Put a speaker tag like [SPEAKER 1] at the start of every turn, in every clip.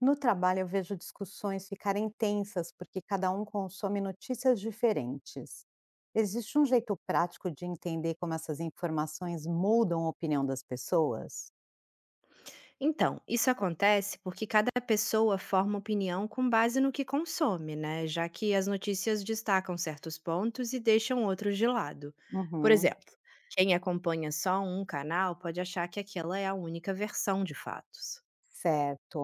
[SPEAKER 1] No trabalho, eu vejo discussões ficarem tensas porque cada um consome notícias diferentes. Existe um jeito prático de entender como essas informações mudam a opinião das pessoas?
[SPEAKER 2] Então, isso acontece porque cada pessoa forma opinião com base no que consome, né? Já que as notícias destacam certos pontos e deixam outros de lado. Por
[SPEAKER 1] Uhum.
[SPEAKER 2] exemplo, quem acompanha só um canal pode achar que aquela é a única versão de fatos.
[SPEAKER 1] Certo.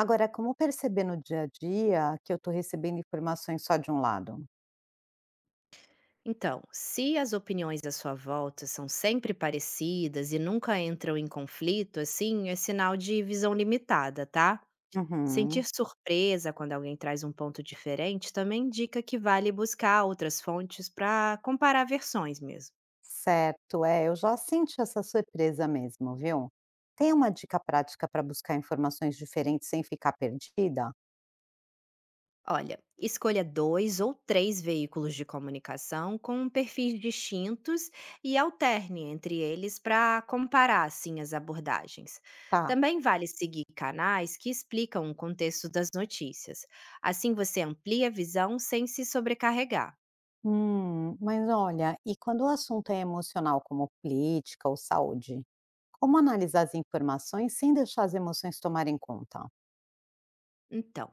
[SPEAKER 1] Agora, como perceber no dia a dia que eu estou recebendo informações só de um lado?
[SPEAKER 2] Então, se as opiniões à sua volta são sempre parecidas e nunca entram em conflito, assim, é sinal de visão limitada, tá?
[SPEAKER 1] Uhum.
[SPEAKER 2] Sentir surpresa quando alguém traz um ponto diferente também indica que vale buscar outras fontes para comparar versões mesmo.
[SPEAKER 1] Certo, é, eu já senti essa surpresa mesmo, viu? Tem uma dica prática para buscar informações diferentes sem ficar perdida?
[SPEAKER 2] Olha, escolha dois ou três veículos de comunicação com perfis distintos e alterne entre eles para comparar assim as abordagens.
[SPEAKER 1] Tá.
[SPEAKER 2] Também vale seguir canais que explicam o contexto das notícias. Assim você amplia a visão sem se sobrecarregar.
[SPEAKER 1] Mas olha, e quando o assunto é emocional, como política ou saúde, como analisar as informações sem deixar as emoções tomarem conta?
[SPEAKER 2] Então,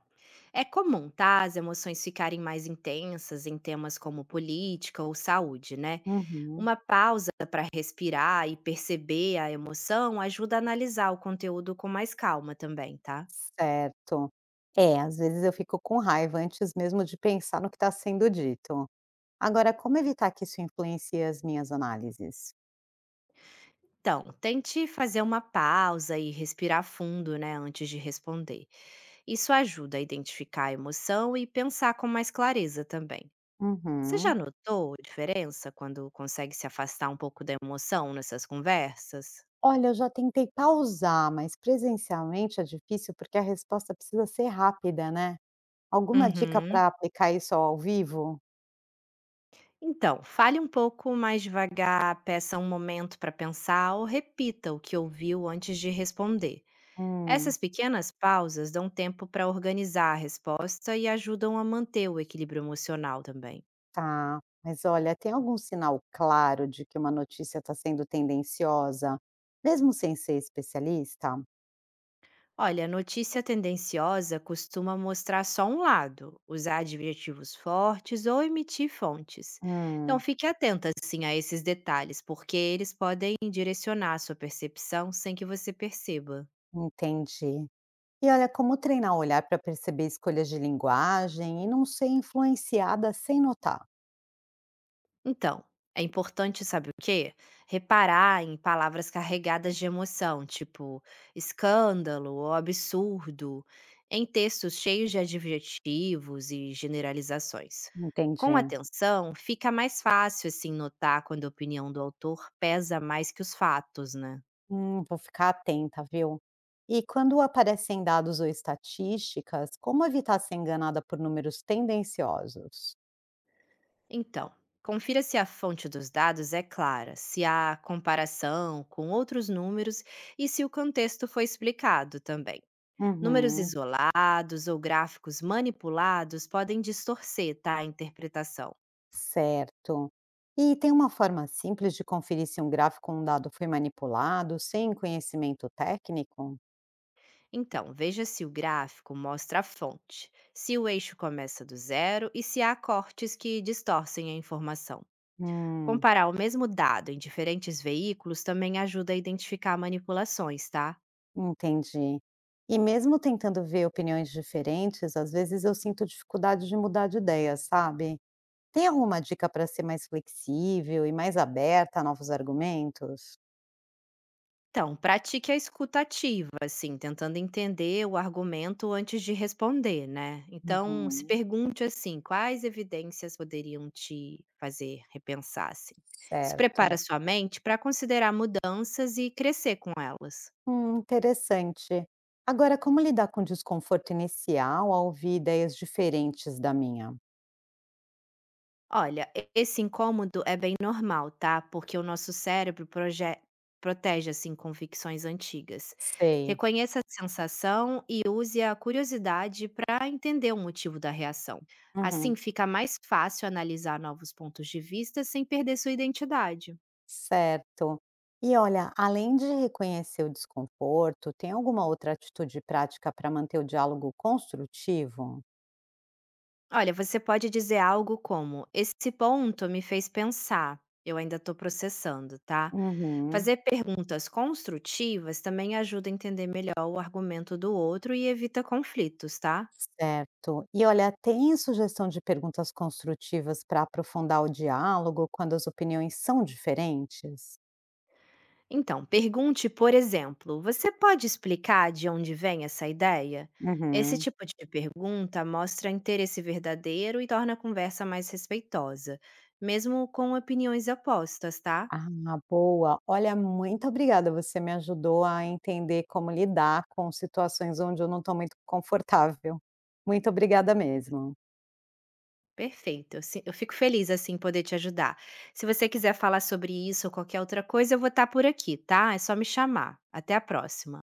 [SPEAKER 2] é comum, tá? As emoções ficarem mais intensas em temas como política ou saúde, né?
[SPEAKER 1] Uhum.
[SPEAKER 2] Uma pausa para respirar e perceber a emoção ajuda a analisar o conteúdo com mais calma também, tá?
[SPEAKER 1] Certo. É, às vezes eu fico com raiva antes mesmo de pensar no que está sendo dito. Agora, como evitar que isso influencie as minhas análises?
[SPEAKER 2] Então, tente fazer uma pausa e respirar fundo, né, antes de responder. Isso ajuda a identificar a emoção e pensar com mais clareza também. Você já
[SPEAKER 1] Uhum.
[SPEAKER 2] notou a diferença quando consegue se afastar um pouco da emoção nessas conversas?
[SPEAKER 1] Olha, eu já tentei pausar, mas presencialmente é difícil porque a resposta precisa ser rápida, né? Alguma dica
[SPEAKER 2] Uhum.
[SPEAKER 1] para aplicar isso ao vivo?
[SPEAKER 2] Então, fale um pouco mais devagar, peça um momento para pensar ou repita o que ouviu antes de responder.
[SPEAKER 1] Hum.
[SPEAKER 2] Essas pequenas pausas dão tempo para organizar a resposta e ajudam a manter o equilíbrio emocional também.
[SPEAKER 1] Tá, mas olha, tem algum sinal claro de que uma notícia está sendo tendenciosa, mesmo sem ser especialista?
[SPEAKER 2] Olha, notícia tendenciosa costuma mostrar só um lado, usar adjetivos fortes ou emitir fontes. Então,
[SPEAKER 1] Hum,
[SPEAKER 2] fique atenta assim a esses detalhes, porque eles podem direcionar a sua percepção sem que você perceba.
[SPEAKER 1] entendi. E olha, como treinar o olhar para perceber escolhas de linguagem e não ser influenciada sem notar?
[SPEAKER 2] Então, é importante, sabe o quê? Reparar em palavras carregadas de emoção, tipo escândalo ou absurdo, em textos cheios de adjetivos e generalizações.
[SPEAKER 1] Entendi.
[SPEAKER 2] Com atenção, fica mais fácil assim notar quando a opinião do autor pesa mais que os fatos, né?
[SPEAKER 1] Vou ficar atenta, viu? E quando aparecem dados ou estatísticas, como evitar ser enganada por números tendenciosos?
[SPEAKER 2] Então, confira se a fonte dos dados é clara, se há comparação com outros números e se o contexto foi explicado também. Números
[SPEAKER 1] Uhum.
[SPEAKER 2] isolados ou gráficos manipulados podem distorcer, tá, a interpretação.
[SPEAKER 1] Certo. E tem uma forma simples de conferir se um gráfico ou um dado foi manipulado sem conhecimento técnico?
[SPEAKER 2] Então, veja se o gráfico mostra a fonte, se o eixo começa do zero e se há cortes que distorcem a informação.
[SPEAKER 1] Hum,
[SPEAKER 2] Comparar o mesmo dado em diferentes veículos também ajuda a identificar manipulações, tá?
[SPEAKER 1] entendi. E mesmo tentando ver opiniões diferentes, às vezes eu sinto dificuldade de mudar de ideia, sabe? Tem alguma dica para ser mais flexível e mais aberta a novos argumentos?
[SPEAKER 2] Então, pratique a escuta ativa, assim, tentando entender o argumento antes de responder, né? Então, se
[SPEAKER 1] Uhum,
[SPEAKER 2] pergunte assim: quais evidências poderiam te fazer repensar? Assim? Isso
[SPEAKER 1] certo.
[SPEAKER 2] prepara sua mente para considerar mudanças e crescer com elas.
[SPEAKER 1] Interessante. Agora, como lidar com o desconforto inicial ao ouvir ideias diferentes da minha?
[SPEAKER 2] Olha, e esse incômodo é bem normal, tá? Porque o nosso cérebro protege assim convicções antigas.
[SPEAKER 1] Sei.
[SPEAKER 2] Reconheça a sensação e use a curiosidade para entender o motivo da reação.
[SPEAKER 1] Uhum.
[SPEAKER 2] Assim fica mais fácil analisar novos pontos de vista sem perder sua identidade.
[SPEAKER 1] Certo. E olha, além de reconhecer o desconforto, tem alguma outra atitude prática para manter o diálogo construtivo?
[SPEAKER 2] Olha, você pode dizer algo como: "Esse ponto me fez pensar, eu ainda estou processando", tá.
[SPEAKER 1] Uhum.
[SPEAKER 2] Fazer perguntas construtivas também ajuda a entender melhor o argumento do outro e evita conflitos, tá.
[SPEAKER 1] Certo. E olha, tem sugestão de perguntas construtivas para aprofundar o diálogo quando as opiniões são diferentes?
[SPEAKER 2] Então, pergunte, por exemplo: "Você pode explicar de onde vem essa ideia?". Esse
[SPEAKER 1] Uhum.
[SPEAKER 2] tipo de pergunta mostra interesse verdadeiro e torna a conversa mais respeitosa, mesmo com opiniões opostas, tá.
[SPEAKER 1] Ah, boa. Olha, muito obrigada. Você me ajudou a entender como lidar com situações onde eu não estou muito confortável. Muito obrigada mesmo.
[SPEAKER 2] Perfeito, eu fico feliz, assim, em poder te ajudar. Se você quiser falar sobre isso ou qualquer outra coisa, eu vou estar por aqui, tá? É só me chamar. Até a próxima.